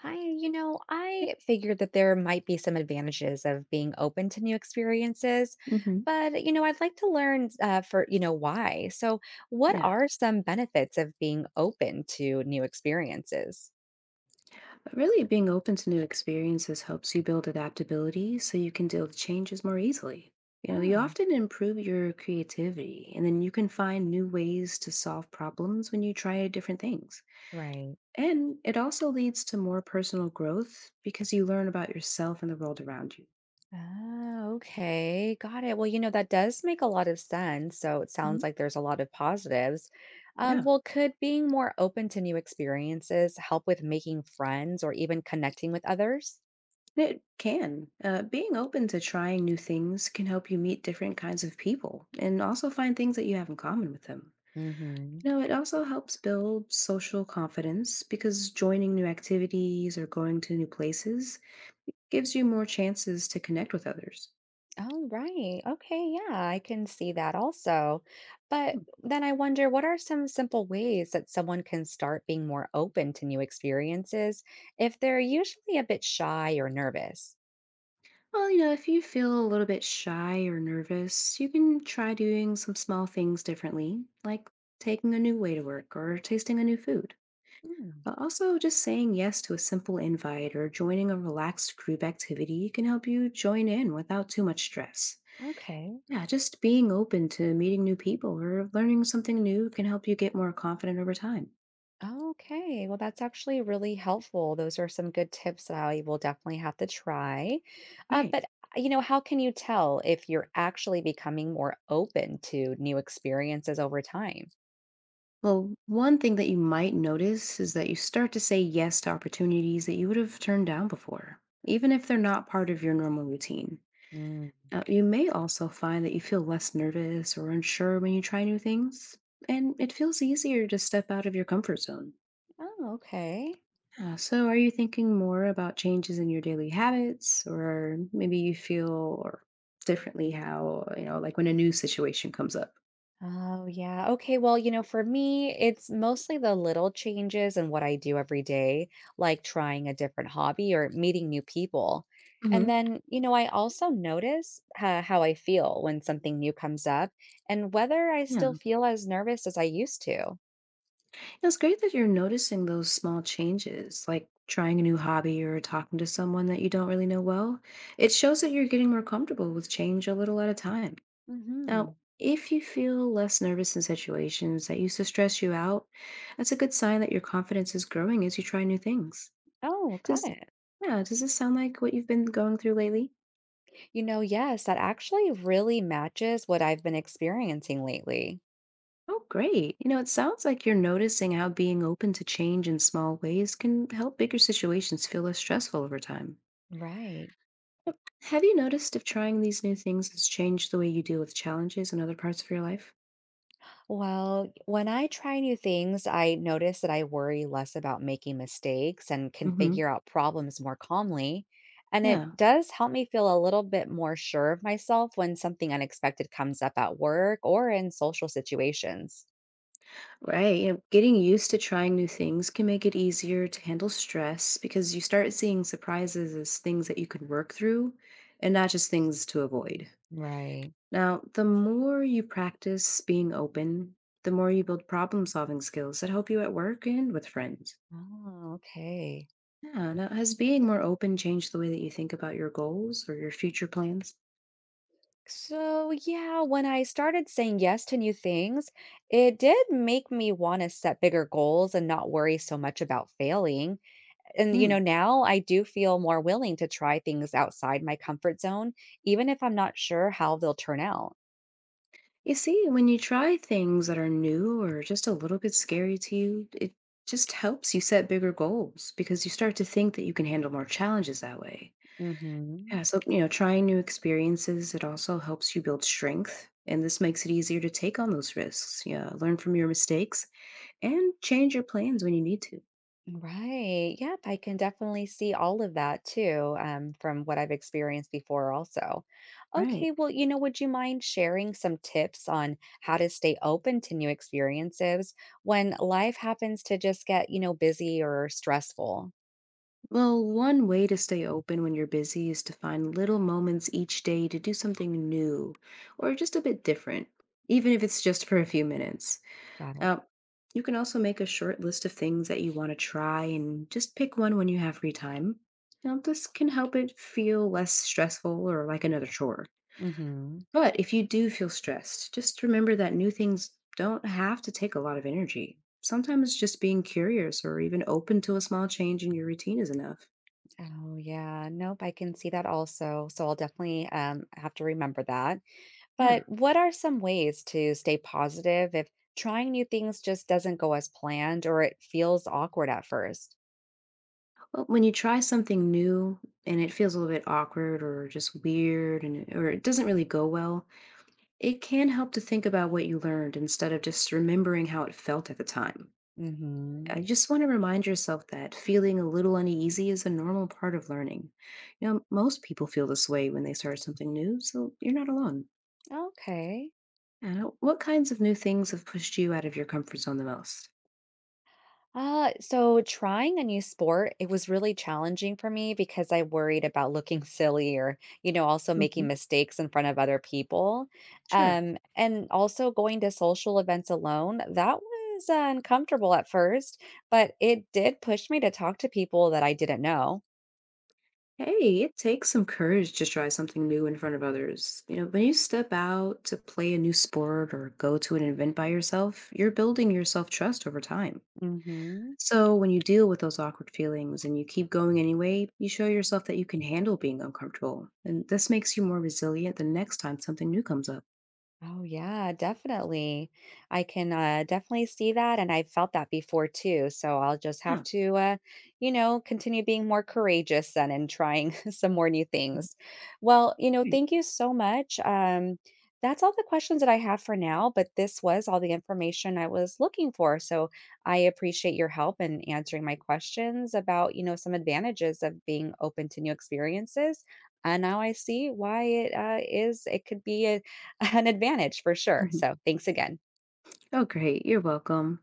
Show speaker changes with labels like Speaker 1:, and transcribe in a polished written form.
Speaker 1: Hi, I figured that there might be some advantages of being open to new experiences,
Speaker 2: Hmm.
Speaker 1: but I'd like to learn for you know why. So, what
Speaker 2: Yeah.
Speaker 1: are some benefits of being open to new experiences?
Speaker 2: Really, being open to new experiences helps you build adaptability so you can deal with changes more easily. You know, you
Speaker 1: Ah,
Speaker 2: often improve your creativity and then you can find new ways to solve problems when you try different things.
Speaker 1: right.
Speaker 2: And it also leads to more personal growth because you learn about yourself and the world around you.
Speaker 1: Oh, okay, got it. Well, that does make a lot of sense. So it sounds
Speaker 2: Mhm.
Speaker 1: like there's a lot of positives. Um,
Speaker 2: Yeah,
Speaker 1: well, could being more open to new experiences help with making friends or even connecting with others?
Speaker 2: it can. Being open to trying new things can help you meet different kinds of people and also find things that you have in common with them.
Speaker 1: Mm-hmm.
Speaker 2: No, it also helps build social confidence because joining new activities or going to new places gives you more chances to connect with others.
Speaker 1: Oh, right. Okay. Yeah, I can see that also. But then I wonder what are some simple ways that someone can start being more open to new experiences if they're usually a bit shy or nervous?
Speaker 2: Well, you know, if you feel a little bit shy or nervous, you can try doing some small things differently, like taking a new way to work or tasting a new food.
Speaker 1: Mm,
Speaker 2: But also, just saying yes to a simple invite or joining a relaxed group activity can help you join in without too much stress.
Speaker 1: okay.
Speaker 2: Yeah, just being open to meeting new people or learning something new can help you get more confident over time.
Speaker 1: Okay. Well, that's actually really helpful. Those are some good tips that I will definitely have to try. Uh,
Speaker 2: Right.
Speaker 1: but, uh, you know, how can you tell if you're actually becoming more open to new experiences over time?
Speaker 2: Well, one thing that you might notice is that you start to say yes to opportunities that you would have turned down before, even if they're not part of your normal routine.
Speaker 1: Mm.
Speaker 2: You may also find that you feel less nervous or unsure when you try new things, and it feels easier to step out of your comfort zone.
Speaker 1: Oh, okay.
Speaker 2: So, are you thinking more about changes in your daily habits, or maybe you feel or differently how like when a new situation comes up?
Speaker 1: Oh, yeah. Okay. Well, for me, it's mostly the little changes in what I do every day, like trying a different hobby or meeting new people. And
Speaker 2: Hmm.
Speaker 1: then, I also notice how I feel when something new comes up and whether I still
Speaker 2: Yeah,
Speaker 1: feel as nervous as I used to.
Speaker 2: it's great that you're noticing those small changes, like trying a new hobby or talking to someone that you don't really know well. It shows that you're getting more comfortable with change a little at a time. Now,
Speaker 1: Hmm.
Speaker 2: if you feel less nervous in situations that used to stress you out, that's a good sign that your confidence is growing as you try new things.
Speaker 1: Oh, got
Speaker 2: Does
Speaker 1: it.
Speaker 2: yeah, does this sound like what you've been going through lately?
Speaker 1: Yes, that actually really matches what I've been experiencing lately.
Speaker 2: Oh, great. You know, it sounds like you're noticing how being open to change in small ways can help bigger situations feel less stressful over time.
Speaker 1: Right.
Speaker 2: Have you noticed if trying these new things has changed the way you deal with challenges in other parts of your life?
Speaker 1: Well, when I try new things, I notice that I worry less about making mistakes and can
Speaker 2: Hmm.
Speaker 1: figure out problems more calmly. And it
Speaker 2: Yeah,
Speaker 1: does help me feel a little bit more sure of myself when something unexpected comes up at work or in social situations.
Speaker 2: right. You know, getting used to trying new things can make it easier to handle stress because you start seeing surprises as things that you can work through and not just things to avoid.
Speaker 1: Right.
Speaker 2: Now, the more you practice being open, the more you build problem solving skills that help you at work and with friends.
Speaker 1: Oh, okay.
Speaker 2: Yeah, now, has being more open changed the way that you think about your goals or your future plans?
Speaker 1: So, yeah, when I started saying yes to new things, it did make me want to set bigger goals and not worry so much about failing. And,
Speaker 2: Hmm.
Speaker 1: now I do feel more willing to try things outside my comfort zone, even if I'm not sure how they'll turn out.
Speaker 2: You see, when you try things that are new or just a little bit scary to you, it just helps you set bigger goals because you start to think that you can handle more challenges that way.
Speaker 1: Hmm.
Speaker 2: Yeah, so, you know, trying new experiences, it also helps you build strength. And this makes it easier to take on those risks. Yeah, learn from your mistakes and change your plans when you need to.
Speaker 1: Right. Yep. I can definitely see all of that too, from what I've experienced before, also. Okay.
Speaker 2: Right.
Speaker 1: Well, would you mind sharing some tips on how to stay open to new experiences when life happens to just get busy or stressful?
Speaker 2: Well, one way to stay open when you're busy is to find little moments each day to do something new or just a bit different, even if it's just for a few minutes.
Speaker 1: Got it.
Speaker 2: Now, you can also make a short list of things that you want to try and just pick one when you have free time. Now, this can help it feel less stressful or like another chore.
Speaker 1: Mm hmm
Speaker 2: But if you do feel stressed, just remember that new things don't have to take a lot of energy. Sometimes just being curious or even open to a small change in your routine is enough.
Speaker 1: Oh yeah, nope, I can see that also. So I'll definitely have to remember that.
Speaker 2: Yeah.
Speaker 1: But what are some ways to stay positive if trying new things just doesn't go as planned or it feels awkward at 1st?
Speaker 2: Well, when you try something new and it feels a little bit awkward or just weird and or it doesn't really go well, it can help to think about what you learned instead of just remembering how it felt at the time.
Speaker 1: Mm-hmm.
Speaker 2: I just want to remind yourself that feeling a little uneasy is a normal part of learning. You know, most people feel this way when they start something new, so you're not alone.
Speaker 1: Okay.
Speaker 2: What kinds of new things have pushed you out of your comfort zone the most?
Speaker 1: So trying a new sport, it was really challenging for me because I worried about looking silly or also making
Speaker 2: Hmm.
Speaker 1: mistakes in front of other people.
Speaker 2: Sure.
Speaker 1: And also going to social events alone, that was uncomfortable at first, but it did push me to talk to people that I didn't know.
Speaker 2: Hey, it takes some courage to try something new in front of others. You know, when you step out to play a new sport or go to an event by yourself, you're building your self trust over time.
Speaker 1: Hmm.
Speaker 2: So, when you deal with those awkward feelings and you keep going anyway, you show yourself that you can handle being uncomfortable. And this makes you more resilient the next time something new comes up.
Speaker 1: Oh, yeah, definitely. I can definitely see that. And I felt that before too. So I'll just have
Speaker 2: Yeah.
Speaker 1: to continue being more courageous then and trying some more new
Speaker 2: Mhm.
Speaker 1: things. Well,
Speaker 2: Great.
Speaker 1: thank you so much. That's all the questions that I have for now, but this was all the information I was looking for. So I appreciate your help in answering my questions about, some advantages of being open to new experiences. And now I see why it could be a an advantage for sure.
Speaker 2: Mhm.
Speaker 1: So thanks again.
Speaker 2: Oh, great. You're welcome.